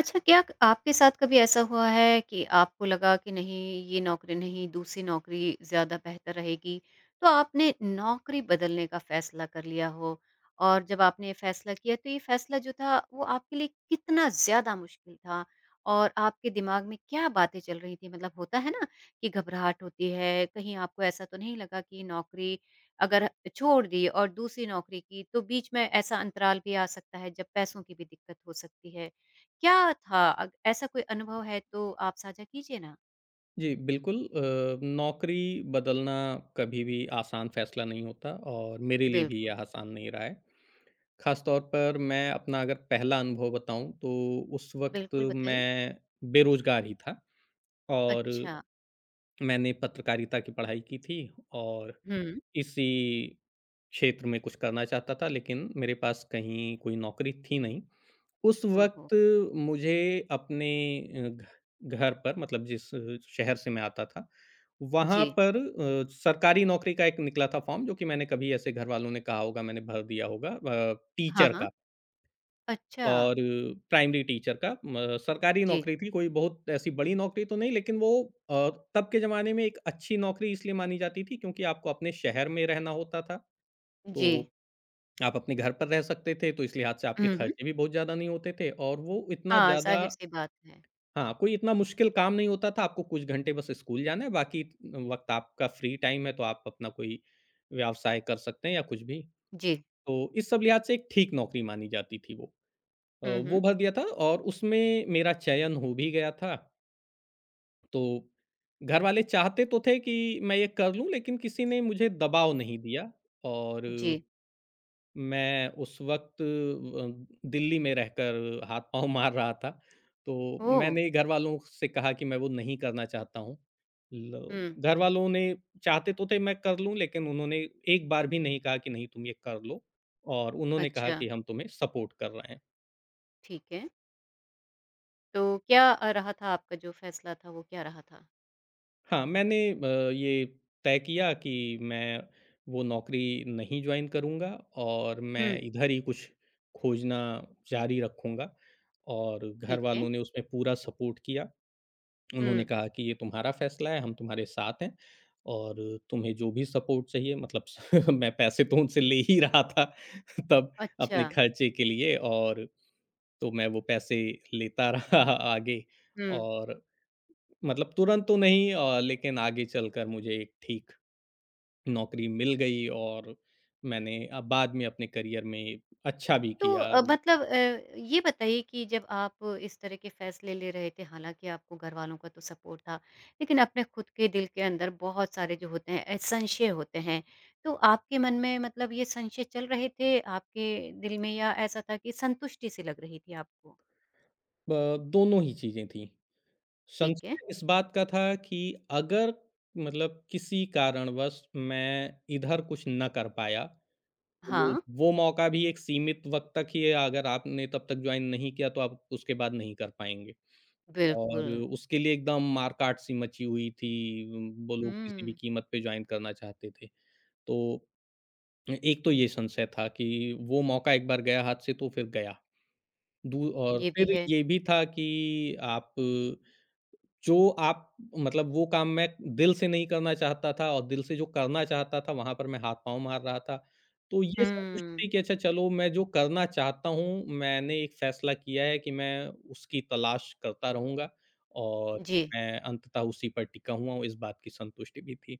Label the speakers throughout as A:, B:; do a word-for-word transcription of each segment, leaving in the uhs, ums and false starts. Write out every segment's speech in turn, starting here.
A: अच्छा, क्या क आपके साथ कभी ऐसा हुआ है कि आपको लगा कि नहीं ये नौकरी नहीं, दूसरी नौकरी ज़्यादा बेहतर रहेगी, तो आपने नौकरी बदलने का फ़ैसला कर लिया हो? और जब आपने ये फ़ैसला किया तो ये फ़ैसला जो था वो आपके लिए कितना ज़्यादा मुश्किल था? और आपके दिमाग में क्या बातें चल रही थी? मतलब होता है ना कि घबराहट होती है, कहीं आपको ऐसा तो नहीं लगा कि ये नौकरी अगर छोड़ दी और दूसरी नौकरी की तो बीच में ऐसा अंतराल भी आ सकता है जब पैसों की भी दिक्कत हो सकती है। क्या था? अग ऐसा कोई अनुभव है तो आप साझा कीजिए ना।
B: जी, बिल्कुल अ, नौकरी बदलना कभी भी आसान फ़ैसला नहीं होता और मेरे लिए भी
A: बिल्कुल,
B: यह आसान नहीं रहा है। ख़ास तौर पर मैं अपना अगर पहला अनुभव बताऊँ तो उस वक़्त
A: बिल्कुल बताइए।
B: मैं बेरोज़गार ही था और
A: अच्छा,
B: मैंने पत्रकारिता की पढ़ाई की थी और
A: हुँ।
B: इसी क्षेत्र में कुछ करना चाहता था लेकिन मेरे पास कहीं कोई नौकरी थी नहीं। उस
A: ओहो!
B: वक़्त मुझे अपने अ, घ घर पर मतलब जिस अ, शहर से मैं आता था, वहाँ
A: जी।
B: पर अ, सरकारी नौकरी का एक निकला था फ़ॉर्म जो कि मैंने कभी ऐसे घरवालों ने कहा होगा मैंने भर दिया होगा अ,
A: हाँ,
B: टीचर
A: हाँ।
B: का
A: अच्छा।
B: और प्राइमरी टीचर का म सरकारी
A: जी,
B: नौकरी थी, कोई बहुत ऐसी बड़ी नौकरी तो नहीं लेकिन वो अ, तब के ज़माने में एक अच्छी नौकरी इसलिए मानी जाती थी क्योंकि आपको अपने शहर में रहना होता था,
A: जी।
B: तो आप अपने घर पर रह सकते थे, तो इस लिहाज़ से आपके
A: हुँ, हुँ।
B: खर्चे भी बहुत ज़्यादा नहीं होते थे और वो इतना
A: हाँ,
B: ज़्यादा
A: ज़ाहिर-सी बात है।
B: हाँ, कोई इतना मुश्किल काम नहीं होता था, आपको कुछ घंटे बस स्कूल जाना है, बाकी वक़्त आपका फ्री टाइम है, तो आप अपना कोई व्यवसाय कर सकते हैं या कुछ भी।
A: जी।
B: तो इस सब लिहाज़ से एक ठीक नौकरी मानी जाती थी वो। अ,
A: हुँ, हुँ।
B: वो भर दिया था और उसमें मेरा चयन हो भी गया था, तो घरवाले चाहते तो थे कि मैं ये कर लूँ, लेकिन किसी ने मुझे दबाव नहीं दिया और
A: जी।
B: मैं उस वक़्त अ, दिल्ली में रहकर हाथ-पाँव मार रहा था, तो
A: ओह!
B: मैंने घरवालों से कहा कि मैं वो नहीं करना चाहता हूँ। लो
A: हुँ।
B: घरवालों ने चाहते तो थे मैं कर लूँ, लेकिन उन्होंने एक बार भी नहीं कहा कि नहीं तुम ये कर लो और उन्होंने कहा
A: अच्छा,
B: कि हम तुम्हें सपोर्ट कर रहे हैं।
A: ठीक है। तो क्या अ, रहा था आपका जो फैसला था वो क्या रहा था?
B: हाँ, मैंने अ, ये तय किया कि मैं वो नौकरी नहीं जॉइन करूँगा और
A: हुँ,
B: मैं इधर ही कुछ खोजना जारी रखूँगा और घर
A: ठीक है।
B: वालों ने उसमें पूरा सपोर्ट किया। उन्होंने
A: हुँ,
B: कहा कि ये तुम्हारा फ़ैसला है, हम तुम्हारे साथ हैं और तुम्हें जो भी सपोर्ट चाहिए मतलब मैं पैसे तो उनसे ले ही रहा था तब
A: अच्छा।
B: अपने खर्चे के लिए और तो मैं वो पैसे लेता रहा आगे
A: हुँ।
B: और मतलब तुरंत तो नहीं अ, लेकिन आगे चलकर मुझे एक ठीक नौकरी मिल गई और मैंने अ, बाद में अपने करियर में अच्छा भी
A: तो
B: किया। अ,
A: अ, मतलब अ, ये बताइए कि जब आप इस तरह के फैसले ले रहे थे हालांकि आपको घरवालों का तो सपोर्ट था लेकिन अपने खुद के दिल के अंदर बहुत सारे जो होते हैं अ, संशय होते हैं तो आपके मन में मतलब ये संशय चल रहे थे आपके दिल में या ऐसा था कि संतुष्टि सी लग रही थी आपको
B: दोनों ही चीज़ें थीं।
A: ठीक है
B: संशय इस बात का था कि अगर मतलब किसी कारणवश मैं इधर कुछ ना कर पाया, तो
A: हाँ
B: वो मौका भी एक सीमित वक़्त तक ही है, अगर आपने तब तक जॉइन नहीं किया तो आप उसके बाद नहीं कर पाएँगे।
A: बिल्कुल
B: और उसके लिए एकदम मार-काट सी मची हुई थी, उम, वो लोग किसी भी
A: हम्म
B: कीमत पे जॉइन करना चाहते थे। तो अ, एक तो ये संशय था कि वो मौका एक बार गया हाथ से तो फिर गया। दू और
A: ये भी
B: फिर
A: है
B: ये भी था कि आप जो आप मतलब वो काम मैं दिल से नहीं करना चाहता था और दिल से जो करना चाहता था, वहाँ पर मैं हाथ-पाँव मार रहा था। तो ये
A: हम्म
B: संतुष्टि कि अच्छा चलो मैं जो करना चाहता हूँ, मैंने एक फ़ैसला किया है कि मैं उसकी तलाश करता रहूँगा और
A: जी
B: मैं अंततः उसी पर टिका हुआ हूँ, इस बात की संतुष्टि भी थी।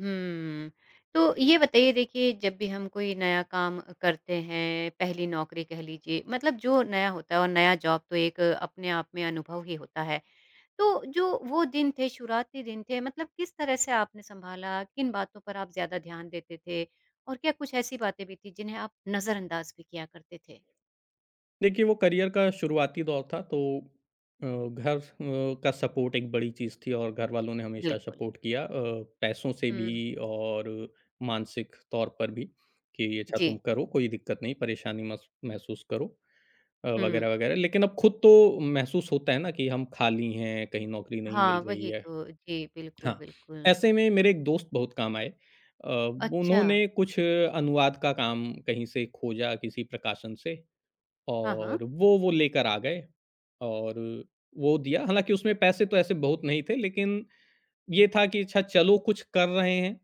A: हुँ। तो ये बताइए देखिए जब भी हम कोई नया काम करते हैं, पहली नौकरी कह लीजिए मतलब जो नया होता है और नया जॉब तो एक अपने आप में अनुभव ही होता है। तो जो वो दिन थे, शुरुआती दिन थे मतलब किस तरह से आपने सँभाला? किन बातों पर आप ज़्यादा ध्यान देते थे? और क्या कुछ ऐसी बातें भी थी जिन्हें आप नज़रअंदाज़ भी किया करते थे?
B: देखिए, वो करियर का शुरुआती दौर था तो अ, घर अ, का सपोर्ट एक बड़ी चीज़ थी और घरवालों ने हमेशा
A: बिल्कुल।
B: सपोर्ट किया अ, पैसों से भी
A: हुँ,
B: और मानसिक तौर पर भी कि अच्छा तुम
A: जी।
B: करो, कोई दिक्कत नहीं, परेशानी मस महसूस करो अ,
A: हुँ।
B: वगैरह, वगैरह। लेकिन अब खुद तो महसूस होता है ना कि हम खाली हैं, कहीं नौकरी नहीं
A: हाँ,
B: मिल रही
A: वही
B: है।
A: तो। जी, बिल्कुल,
B: हाँ,
A: बिल्कुल।
B: ऐसे में मेरे एक दोस्त बहुत काम आए। अ,
A: अच्छा।
B: उन्होंने कुछ अनुवाद का काम कहीं से खोजा किसी प्रकाशन से
A: हाँ, हाँ।
B: और वो वो लेकर आ गए और वो दिया। हालाँकि उसमें पैसे तो ऐसे बहुत नहीं थे लेकिन ये था कि अच्छा चलो कुछ कर रहे हैं,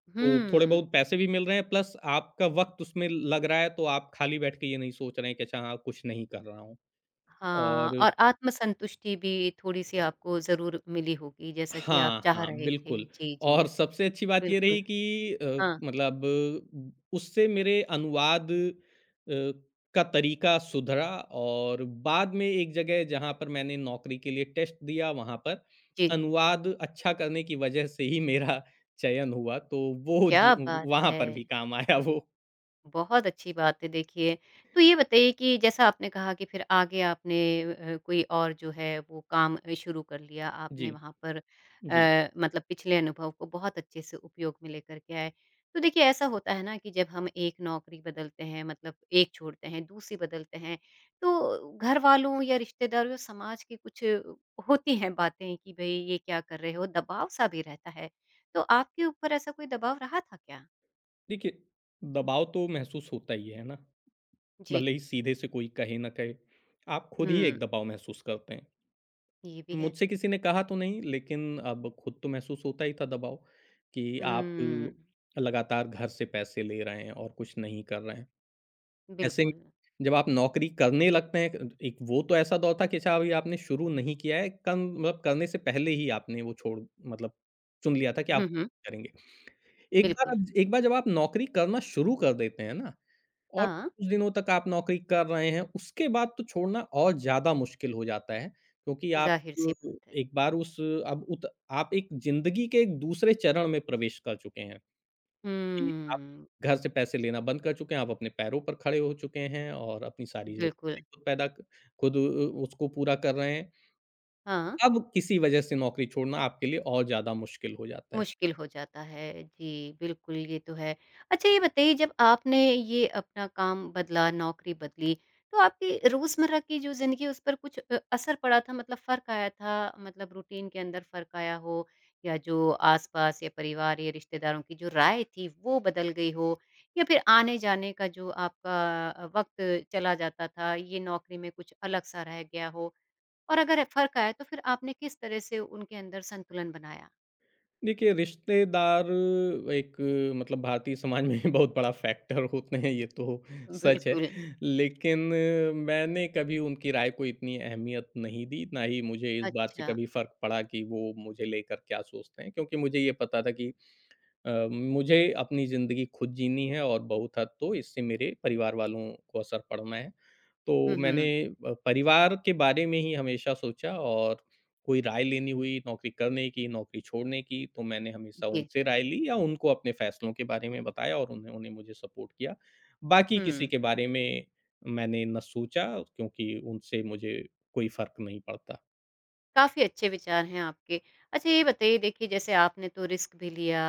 B: तो थोड़े
A: हुँ।
B: बहुत पैसे भी मिल रहे हैं प्लस आपका वक़्त उसमें लग रहा है तो आप खाली बैठ के ये नहीं सोच रहे हैं कि अच्छा हाँ, कुछ नहीं कर रहा हूँ।
A: हाँ,
B: और
A: और आत्मसंतुष्टि भी थोड़ी-सी आपको ज़रूर मिली होगी, जैसा कि आप
B: हाँ,
A: चाह
B: हाँ,
A: रहे थे।
B: बिल्कुल
A: जी,
B: और
A: जी,
B: सबसे अच्छी बात ये
A: बिल्कुल।
B: रही कि अ,
A: हाँ,
B: मतलब ब उससे मेरे अनुवाद अ, का तरीका सुधरा और बाद में एक जगह जहाँ पर मैंने नौकरी के लिए टेस्ट दिया, वहाँ पर
A: जी,
B: अनुवाद अच्छा करने की वजह से ही मेरा चयन हुआ, तो वो
A: क्या
B: ज
A: बात
B: वहाँ
A: है!
B: पर भी काम आया वो।
A: बहुत अच्छी बात है देखिए। तो ये बताइए कि जैसा आपने कहा कि फिर आगे आपने अ, कोई और जो है वो काम अ, शुरू कर लिया, आपने
B: जी,
A: वहाँ पर
B: जी।
A: अ, मतलब पिछले अनुभव को बहुत अच्छे से उपयोग में लेकर के आए। तो देखिए ऐसा होता है ना कि जब हम एक नौकरी बदलते हैं मतलब एक छोड़ते हैं, दूसरी बदलते हैं, तो घर वालों या रिश्तेदारों, या समाज की कुछ अ, होती हैं बातें कि भई ये क्या कर रहे हो? दबाव-सा भी रहता है। तो आपके ऊपर ऐसा कोई दबाव रहा था क्या?
B: देखिए, दबाव तो महसूस होता ही है ना,
A: जी।
B: भले ही सीधे से कोई कहे ना कहे, आप खुद ही एक
A: हुँ,
B: दबाव महसूस करते हैं।
A: ये भी है।
B: मुझसे किसी ने कहा तो नहीं, लेकिन अब खुद तो महसूस होता ही था दबाव कि आप
A: हुँ,
B: लगातार घर से पैसे ले रहे हैं और कुछ नहीं कर रहे हैं। ऐसे में
A: बिल्कुल।
B: जब आप नौकरी करने लगते हैं, क एक वो तो ऐसा दौर था कि अच्छा अभी आपने शुरू नहीं किया है, कम मतलब करने से पहले ही आपने वो छोड़ मतलब चुन लिया था कि आप
A: हुँ, हुँ,
B: करेंगे। एक बार
A: बिल्कुल।
B: अब एक बार जब आप नौकरी करना शुरू कर देते हैं ना और
A: हाँ,
B: कुछ दिनों तक आप नौकरी कर रहे हैं, उसके बाद तो छोड़ना और ज़्यादा मुश्किल हो जाता है क्योंकि आप
A: ज़ाहिर-सी
B: अ,
A: बात है।
B: एक बार उस अब उत आप एक ज़िंदगी के एक दूसरे चरण में प्रवेश कर चुके हैं कि आप
A: हुँ,
B: घर से पैसे लेना बंद कर चुके हैं, आप अपने पैरों पर खड़े हो चुके हैं और अपनी सारी
A: बिल्कुल।
B: ज़रूरतें खुद पैदा क खुद अ, उसको पूरा कर रहे हैं।
A: हाँ।
B: अब किसी वजह से नौकरी छोड़ना आपके लिए और ज़्यादा मुश्किल हो जाता है।
A: मुश्किल हो जाता है। जी, बिल्कुल ये तो है। अच्छा ये बताइए जब आपने ये अपना काम बदला, नौकरी बदली, तो आपकी रोज़मर्रा की जो ज़िंदगी है उस पर कुछ अ, असर पड़ा था मतलब फ़र्क आया था? मतलब रूटीन के अंदर फ़र्क आया हो या जो आस-पास या परिवार या रिश्तेदारों की जो राय थी वो बदल गई हो या फिर आने-जाने का जो आपका अ, वक़्त चला जाता था ये नौकरी में कुछ अलग-सा रह गया हो? और अगर फ़र्क आया तो फिर आपने किस तरह से उनके अंदर संतुलन बनाया?
B: देखिए, रिश्तेदार एक मतलब भारतीय समाज में बहुत बड़ा फैक्टर होते हैं, ये तो सच है।
A: बिल्कुल।
B: लेकिन मैंने कभी उनकी राय को इतनी अहमियत नहीं दी, ना ही मुझे इस बात से
A: अच्छा।
B: कभी फ़र्क पड़ा कि वो मुझे लेकर क्या सोचते हैं। क्योंकि मुझे ये पता था कि अ, मुझे अपनी ज़िंदगी खुद जीनी है और बहुत हद तो इससे मेरे परिवार वालों को असर पड़ना है। तो
A: हुँ,
B: मैंने
A: हुँ।
B: अ, परिवार के बारे में ही हमेशा सोचा और कोई राय लेनी हुई नौकरी करने की, नौकरी छोड़ने की, तो मैंने हमेशा
A: जी।
B: उनसे राय ली या उनको अपने फैसलों के बारे में बताया और उन्होंने मुझे सपोर्ट किया। बाकी किसी
A: हुँ,
B: के बारे में मैंने ना सोचा क्योंकि उनसे मुझे कोई फ़र्क नहीं पड़ता।
A: काफ़ी अच्छे विचार हैं आपके। अच्छा ये बताइए देखिए जैसे आपने तो रिस्क भी लिया,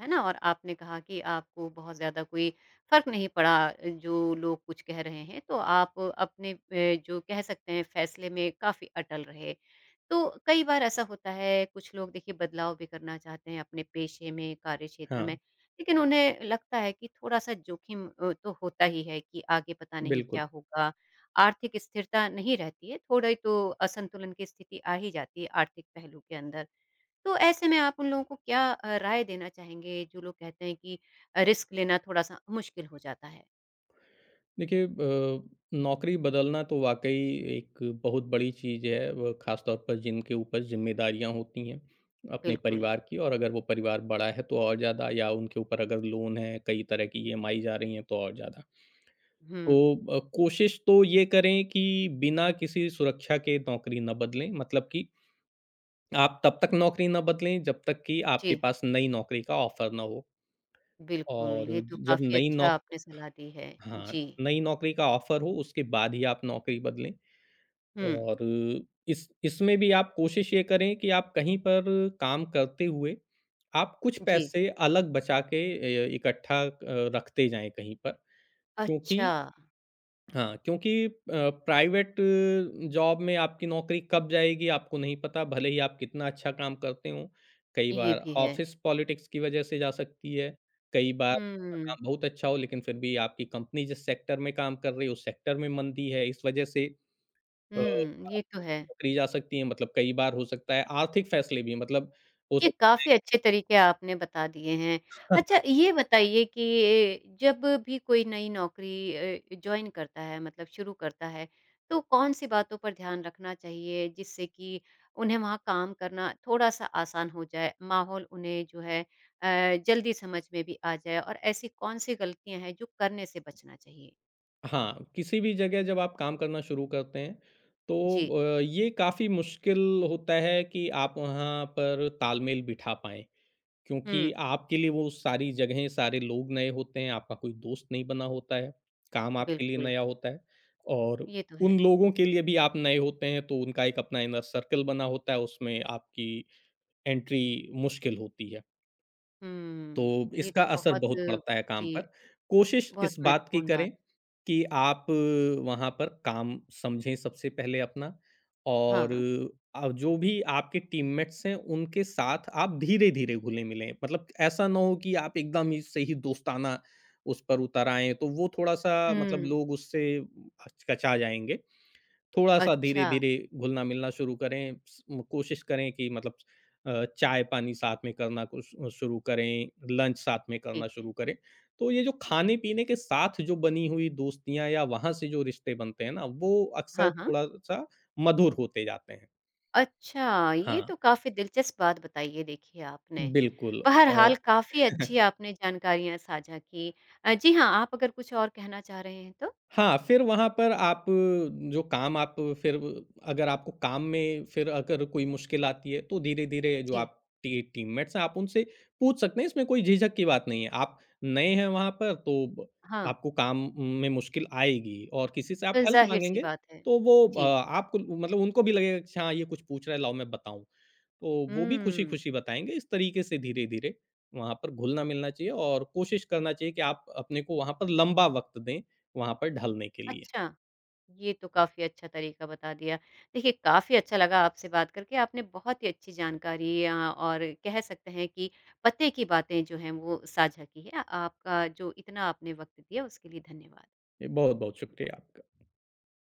A: है ना? और आपने कहा कि आपको बहुत ज़्यादा कोई फ़र्क नहीं पड़ा जो लोग कुछ कह रहे हैं, तो आप अपने अ, जो कह सकते हैं फ़ैसले में काफ़ी अटल रहे। तो कई बार ऐसा होता है कुछ लोग देखिए बदलाव भी करना चाहते हैं अपने पेशे में, कार्य क्षेत्र में,
B: हाँ,
A: लेकिन उन्हें लगता है कि थोड़ा-सा जोखिम अ, तो होता ही है कि आगे पता नहीं क्या
B: बिल्कुल।
A: होगा आर्थिक स्थिरता नहीं रहती है, थोड़ी तो असंतुलन की स्थिति आ ही जाती है आर्थिक पहलू के अंदर। तो ऐसे में आप उन लोगों को क्या अ, राय देना चाहेंगे जो लोग कहते हैं कि अ, रिस्क लेना थोड़ा-सा मुश्किल हो जाता है?
B: देखिए अ, नौकरी बदलना तो वाकई एक बहुत बड़ी चीज़ है वो ख़ास तौर पर जिनके ऊपर ज़िम्मेदारियाँ होती हैं अपने
A: बिल्कुल।
B: परिवार की और अगर वो परिवार बड़ा है तो और ज़्यादा या उनके ऊपर अगर लोन है कई तरह की ई एम आई जा रही हैं तो और ज़्यादा।
A: हुँ।
B: तो अ, कोशिश तो ये करें कि बिना किसी सुरक्षा के नौकरी ना बदलें मतलब कि आप तब तक नौकरी ना बदलें जब तक कि आपके
A: जी,
B: पास नई नौकरी का ऑफ़र ना हो
A: बिल्कुल,
B: और
A: ये तो
B: जब
A: काफ़ी
B: नई नौ
A: अच्छा आपने सलाह दी है।
B: हाँ,
A: जी।
B: नई नौकरी का ऑफ़र हो उसके बाद ही आप नौकरी बदलें।
A: हुँ,
B: और इस इसमें भी आप कोशिश ये करें कि आप कहीं पर काम करते हुए आप कुछ
A: जी।
B: पैसे अलग बचा के अ, इकट्ठा अ, रखते जाएँ कहीं पर।
A: अच्छा,
B: क्योंकि हाँ, क्योंकि अ, प्राइवेट जॉब में आपकी नौकरी कब जाएगी आपको नहीं पता, भले ही आप कितना अच्छा काम करते हों। कई
A: ये
B: बार
A: भी है।
B: ऑफ़िस पॉलिटिक्स की वज़ह से जा सकती है, कई बार आपका
A: हुँ,
B: काम बहुत अच्छा हो लेकिन फिर भी आपकी कंपनी जिस सेक्टर में काम कर रही है उस सेक्टर में मंदी है, इस वज़ह से अ,
A: हुँ, ये तो
B: आपकी
A: है।
B: नौकरी जा सकती है, मतलब कई बार हो सकता है आर्थिक फैसले भी मतलब हो
A: ये
B: सकता
A: काफ़ी अच्छे तरीके आपने बता दिए हैं।
B: है।
A: अच्छा ये बताइए कि जब भी कोई नई नौकरी अ, जॉइन करता है मतलब शुरू करता है, तो कौन-सी बातों पर ध्यान रखना चाहिए जिससे कि उन्हें वहाँ काम करना थोड़ा-सा आसान हो जाए? माहौल उन्हें जो है अ, जल्दी समझ में भी आ जाए और ऐसी कौन-सी गलतियाँ हैं जो करने से बचना चाहिए?
B: हाँ, किसी भी जगह जब आप काम करना शुरू करते हैं, तो
A: जी।
B: अ, ये काफ़ी मुश्किल होता है कि आप वहाँ पर तालमेल बिठा पाएँ। क्योंकि
A: हुँ,
B: आपके लिए वो सारी जगहें, सारे लोग नए होते हैं, आपका कोई दोस्त नहीं बना होता है, काम आपके लिए
A: बिल्कुल,
B: नया होता है और
A: ये तो है।
B: उन लोगों के लिए भी आप नए होते हैं, तो उनका एक अपना इनर सर्कल बना होता है, उसमें आपकी एंट्री मुश्किल होती है। तो
A: हुँ, ये
B: इसका
A: तो
B: असर
A: बहुत
B: बहुत
A: अ,
B: पड़ता है काम
A: जी,
B: पर। कोशिश
A: बहुत
B: इस बात की
A: महत्वपूर्ण बात।
B: करें कि आप वहाँ पर काम समझें सबसे पहले अपना और
A: हाँ।
B: अ, जो भी आपके टीममेट्स हैं, उनके साथ आप धीरे-धीरे घुले-मिलें। मतलब ऐसा ना हो कि आप एकदम ही से ही दोस्ताना उस पर उतर आएँ, तो वो थोड़ा-सा मतलब
A: हुँ।
B: लोग उससे हचकचा जाएँगे। थोड़ा-सा
A: अच्छा,
B: धीरे-धीरे घुलना-मिलना शुरू करें, स म- कोशिश करें कि मतलब अ, चाय-पानी साथ में करना कुछ अ, शुरू करें, लंच साथ में करना
A: ठीक है।
B: शुरू करें। तो ये जो खाने-पीने के साथ जो बनी हुई दोस्तियाँ या वहाँ से जो रिश्ते बनते हैं ना, वो अक्सर
A: हाँ, हाँ।
B: थोड़ा-सा मधुर होते जाते हैं।
A: अच्छा, ये
B: हाँ,
A: तो काफ़ी दिलचस्प बात बताई है देखिए आपने।
B: बिल्कुल और
A: बहरहाल काफ़ी अच्छी आपने जानकारियाँ साझा की। अ, जी हाँ, आप अगर कुछ और कहना चाह रहे हैं तो?
B: हाँ, फिर वहाँ पर आप जो काम आप फिर अगर आपको काम में फिर अगर कोई मुश्किल आती है, तो धीरे-धीरे जो
A: जी,
B: आप टी टीममेट्स हैं, आप उनसे पूछ सकते हैं, इसमें कोई झिझक की बात नहीं है। आप नए हैं वहाँ पर, तो ब
A: हाँ,
B: आपको काम में मुश्किल आएगी और किसी से आप हेल्प
A: ज़ाहिर-सी
B: माँगेंगे,
A: बात है।
B: तो वो अ,
A: जी।
B: आपको मतलब उनको भी लगेगा कि अच्छा, हाँ, ये कुछ पूछ रहा है, लाओ मैं बताऊँ। तो वो भी
A: हुँ,
B: खुशी-खुशी बताएँगे। इस तरीके से धीरे-धीरे वहाँ पर घुलना-मिलना चाहिए और कोशिश करना चाहिए कि आप अपने को वहाँ पर लंबा वक़्त दें, वहाँ पर ढलने के लिए।
A: अच्छा। ये तो काफ़ी अच्छा तरीका बता दिया। देखिए, काफ़ी अच्छा लगा आपसे बात करके। आपने बहुत ही अच्छी जानकारी अ, और कह सकते हैं कि पते की बातें जो हैं, वो साझा की हैं। आपका जो इतना आपने वक़्त दिया, उसके लिए धन्यवाद।
B: जी, बहुत-बहुत शुक्रिया। आपका।